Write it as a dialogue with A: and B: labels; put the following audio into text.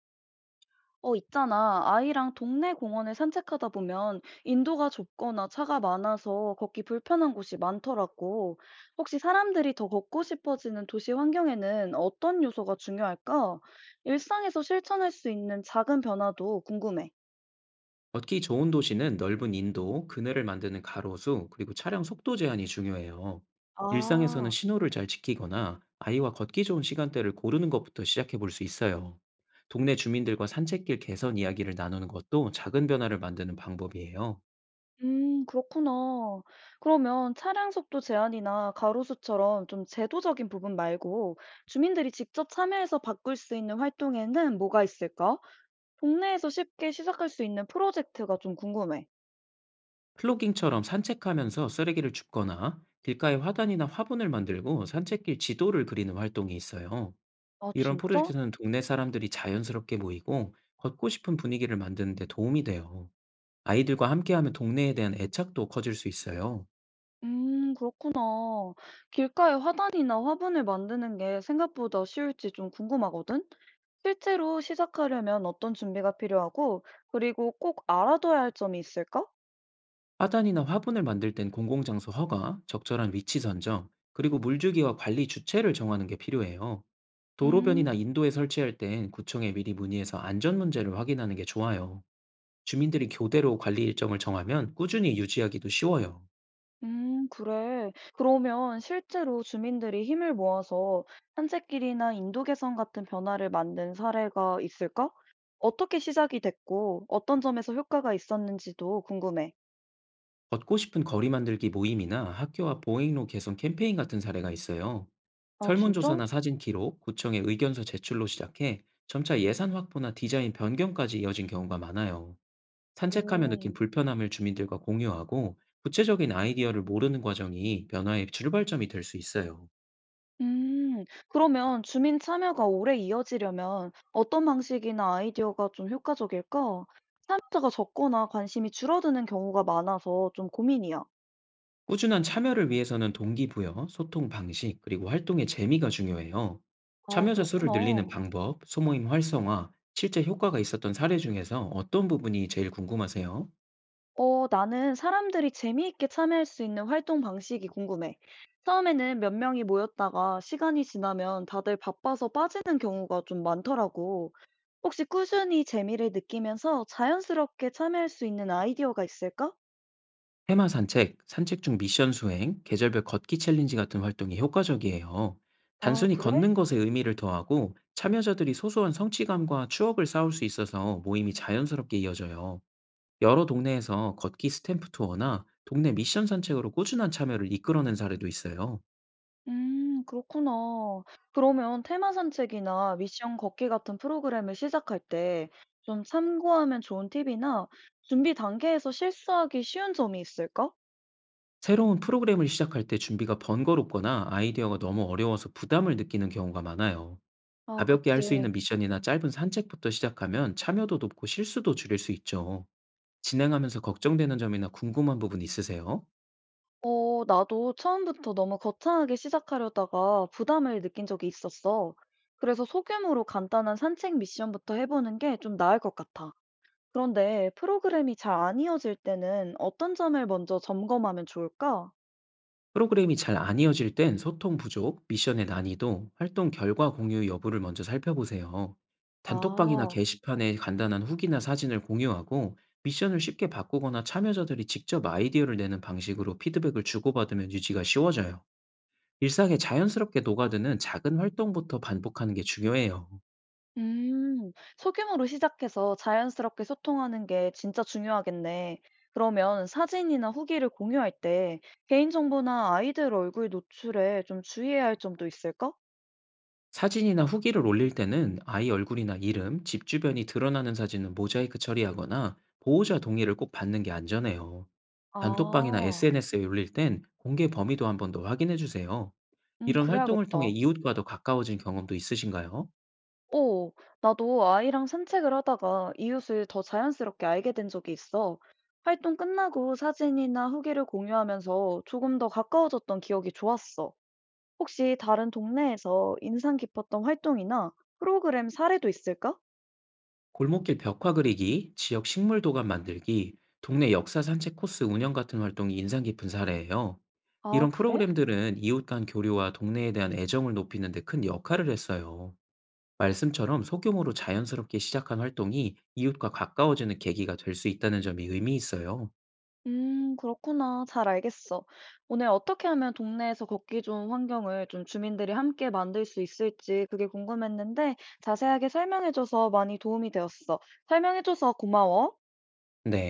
A: 있잖아. 아이랑 동네 공원을 산책하다 보면 인도가 좁거나 차가 많아서 걷기 불편한 곳이 많더라고. 혹시 사람들이 더 걷고 싶어지는 도시 환경에는 어떤 요소가 중요할까? 일상에서 실천할 수 있는 작은 변화도 궁금해.
B: 걷기 좋은 도시는 넓은 인도, 그네를 만드는 가로수, 그리고 차량 속도 제한이 중요해요. 일상에서는
A: 아.
B: 신호를 잘 지키거나 아이와 걷기 좋은 시간대를 고르는 것부터 시작해 볼 수 있어요. 동네 주민들과 산책길 개선 이야기를 나누는 것도 작은 변화를 만드는 방법이에요.
A: 그렇구나. 그러면 차량 속도 제한이나 가로수처럼 좀 제도적인 부분 말고 주민들이 직접 참여해서 바꿀 수 있는 활동에는 뭐가 있을까? 동네에서 쉽게 시작할 수 있는 프로젝트가 좀 궁금해.
B: 플로깅처럼 산책하면서 쓰레기를 줍거나 길가에 화단이나 화분을 만들고 산책길 지도를 그리는 활동이 있어요.
A: 아,
B: 이런
A: 진짜?
B: 프로젝트는 동네 사람들이 자연스럽게 모이고 걷고 싶은 분위기를 만드는 데 도움이 돼요. 아이들과 함께하면 동네에 대한 애착도 커질 수 있어요.
A: 그렇구나. 길가에 화단이나 화분을 만드는 게 생각보다 쉬울지 좀 궁금하거든? 실제로 시작하려면 어떤 준비가 필요하고, 그리고 꼭 알아둬야 할 점이 있을까?
B: 화단이나 화분을 만들 땐 공공장소 허가, 적절한 위치 선정, 그리고 물주기와 관리 주체를 정하는 게 필요해요.
A: 음.
B: 도로변이나 인도에 설치할 땐 구청에 미리 문의해서 안전 문제를 확인하는 게 좋아요. 주민들이 교대로 관리 일정을 정하면 꾸준히 유지하기도 쉬워요.
A: 그래. 그러면 실제로 주민들이 힘을 모아서 산책길이나 인도 개선 같은 변화를 만든 사례가 있을까? 어떻게 시작이 됐고, 어떤 점에서 효과가 있었는지도 궁금해.
B: 걷고 싶은 거리 만들기 모임이나 학교와 보행로 개선 캠페인 같은 사례가 있어요.
A: 아, 진짜?
B: 설문조사나 사진 기록, 구청의 의견서 제출로 시작해 점차 예산 확보나 디자인 변경까지 이어진 경우가 많아요. 산책하며 느낀
A: 오.
B: 불편함을 주민들과 공유하고 구체적인 아이디어를 모르는 과정이 변화의 출발점이 될 수 있어요.
A: 음. 그러면 주민 참여가 오래 이어지려면 어떤 방식이나 아이디어가 좀 효과적일까? 참여자가 적거나 관심이 줄어드는 경우가 많아서 좀 고민이야.
B: 꾸준한 참여를 위해서는 동기부여, 소통 방식, 그리고 활동의 재미가 중요해요.
A: 아,
B: 참여자 수를 늘리는
A: 그렇구나.
B: 방법, 소모임 활성화, 실제 효과가 있었던 사례 중에서 어떤 부분이 제일 궁금하세요?
A: 나는 사람들이 재미있게 참여할 수 있는 활동 방식이 궁금해. 처음에는 몇 명이 모였다가 시간이 지나면 다들 바빠서 빠지는 경우가 좀 많더라고. 혹시 꾸준히 재미를 느끼면서 자연스럽게 참여할 수 있는 아이디어가 있을까?
B: 테마 산책, 산책 중 미션 수행, 계절별 걷기 챌린지 같은 활동이 효과적이에요.
A: 아,
B: 단순히
A: 그래?
B: 걷는 것에 의미를 더하고 참여자들이 소소한 성취감과 추억을 쌓을 수 있어서 모임이 자연스럽게 이어져요. 여러 동네에서 걷기 스탬프 투어나 동네 미션 산책으로 꾸준한 참여를 이끌어낸 사례도 있어요.
A: 음, 그렇구나. 그러면 테마 산책이나 미션 걷기 같은 프로그램을 시작할 때 좀 참고하면 좋은 팁이나 준비 단계에서 실수하기 쉬운 점이 있을까?
B: 새로운 프로그램을 시작할 때 준비가 번거롭거나 아이디어가 너무 어려워서 부담을 느끼는 경우가 많아요.
A: 아,
B: 가볍게 할 수 있는
A: 그치.
B: 미션이나 짧은 산책부터 시작하면 참여도 높고 실수도 줄일 수 있죠. 진행하면서 걱정되는 점이나 궁금한 부분 있으세요?
A: 나도 처음부터 너무 거창하게 시작하려다가 부담을 느낀 적이 있었어. 그래서 소규모로 간단한 산책 미션부터 해보는 게 좀 나을 것 같아. 그런데 프로그램이 잘 안 이어질 때는 어떤 점을 먼저 점검하면 좋을까?
B: 프로그램이 잘 안 이어질 땐 소통 부족, 미션의 난이도, 활동 결과 공유 여부를 먼저 살펴보세요. 단톡방이나
A: 아.
B: 게시판에 간단한 후기나 사진을 공유하고 미션을 쉽게 바꾸거나 참여자들이 직접 아이디어를 내는 방식으로 피드백을 주고받으면 유지가 쉬워져요. 일상에 자연스럽게 녹아드는 작은 활동부터 반복하는 게 중요해요.
A: 음, 소규모로 시작해서 자연스럽게 소통하는 게 진짜 중요하겠네. 그러면 사진이나 후기를 공유할 때 개인정보나 아이들 얼굴 노출에 좀 주의해야 할 점도 있을까?
B: 사진이나 후기를 올릴 때는 아이 얼굴이나 이름, 집 주변이 드러나는 사진은 모자이크 처리하거나 보호자 동의를 꼭 받는 게 안전해요. 단톡방이나
A: 아.
B: SNS에 올릴 땐 공개 범위도 한 번 더 확인해 주세요. 이런 활동을 통해
A: 그래야겠다.
B: 이웃과 더 가까워진 경험도 있으신가요?
A: 오, 나도 아이랑 산책을 하다가 이웃을 더 자연스럽게 알게 된 적이 있어. 활동 끝나고 사진이나 후기를 공유하면서 조금 더 가까워졌던 기억이 좋았어. 혹시 다른 동네에서 인상 깊었던 활동이나 프로그램 사례도 있을까?
B: 골목길 벽화 그리기, 지역 식물 도감 만들기, 동네 역사 산책 코스 운영 같은 활동이 인상 깊은 사례예요.
A: 아,
B: 이런
A: 그래?
B: 프로그램들은 이웃 간 교류와 동네에 대한 애정을 높이는 데 큰 역할을 했어요. 말씀처럼 소규모로 자연스럽게 시작한 활동이 이웃과 가까워지는 계기가 될 수 있다는 점이 의미 있어요.
A: 그렇구나. 잘 알겠어. 오늘 어떻게 하면 동네에서 걷기 좋은 환경을 좀 주민들이 함께 만들 수 있을지 그게 궁금했는데 자세하게 설명해줘서 많이 도움이 되었어. 설명해줘서 고마워.
B: 네.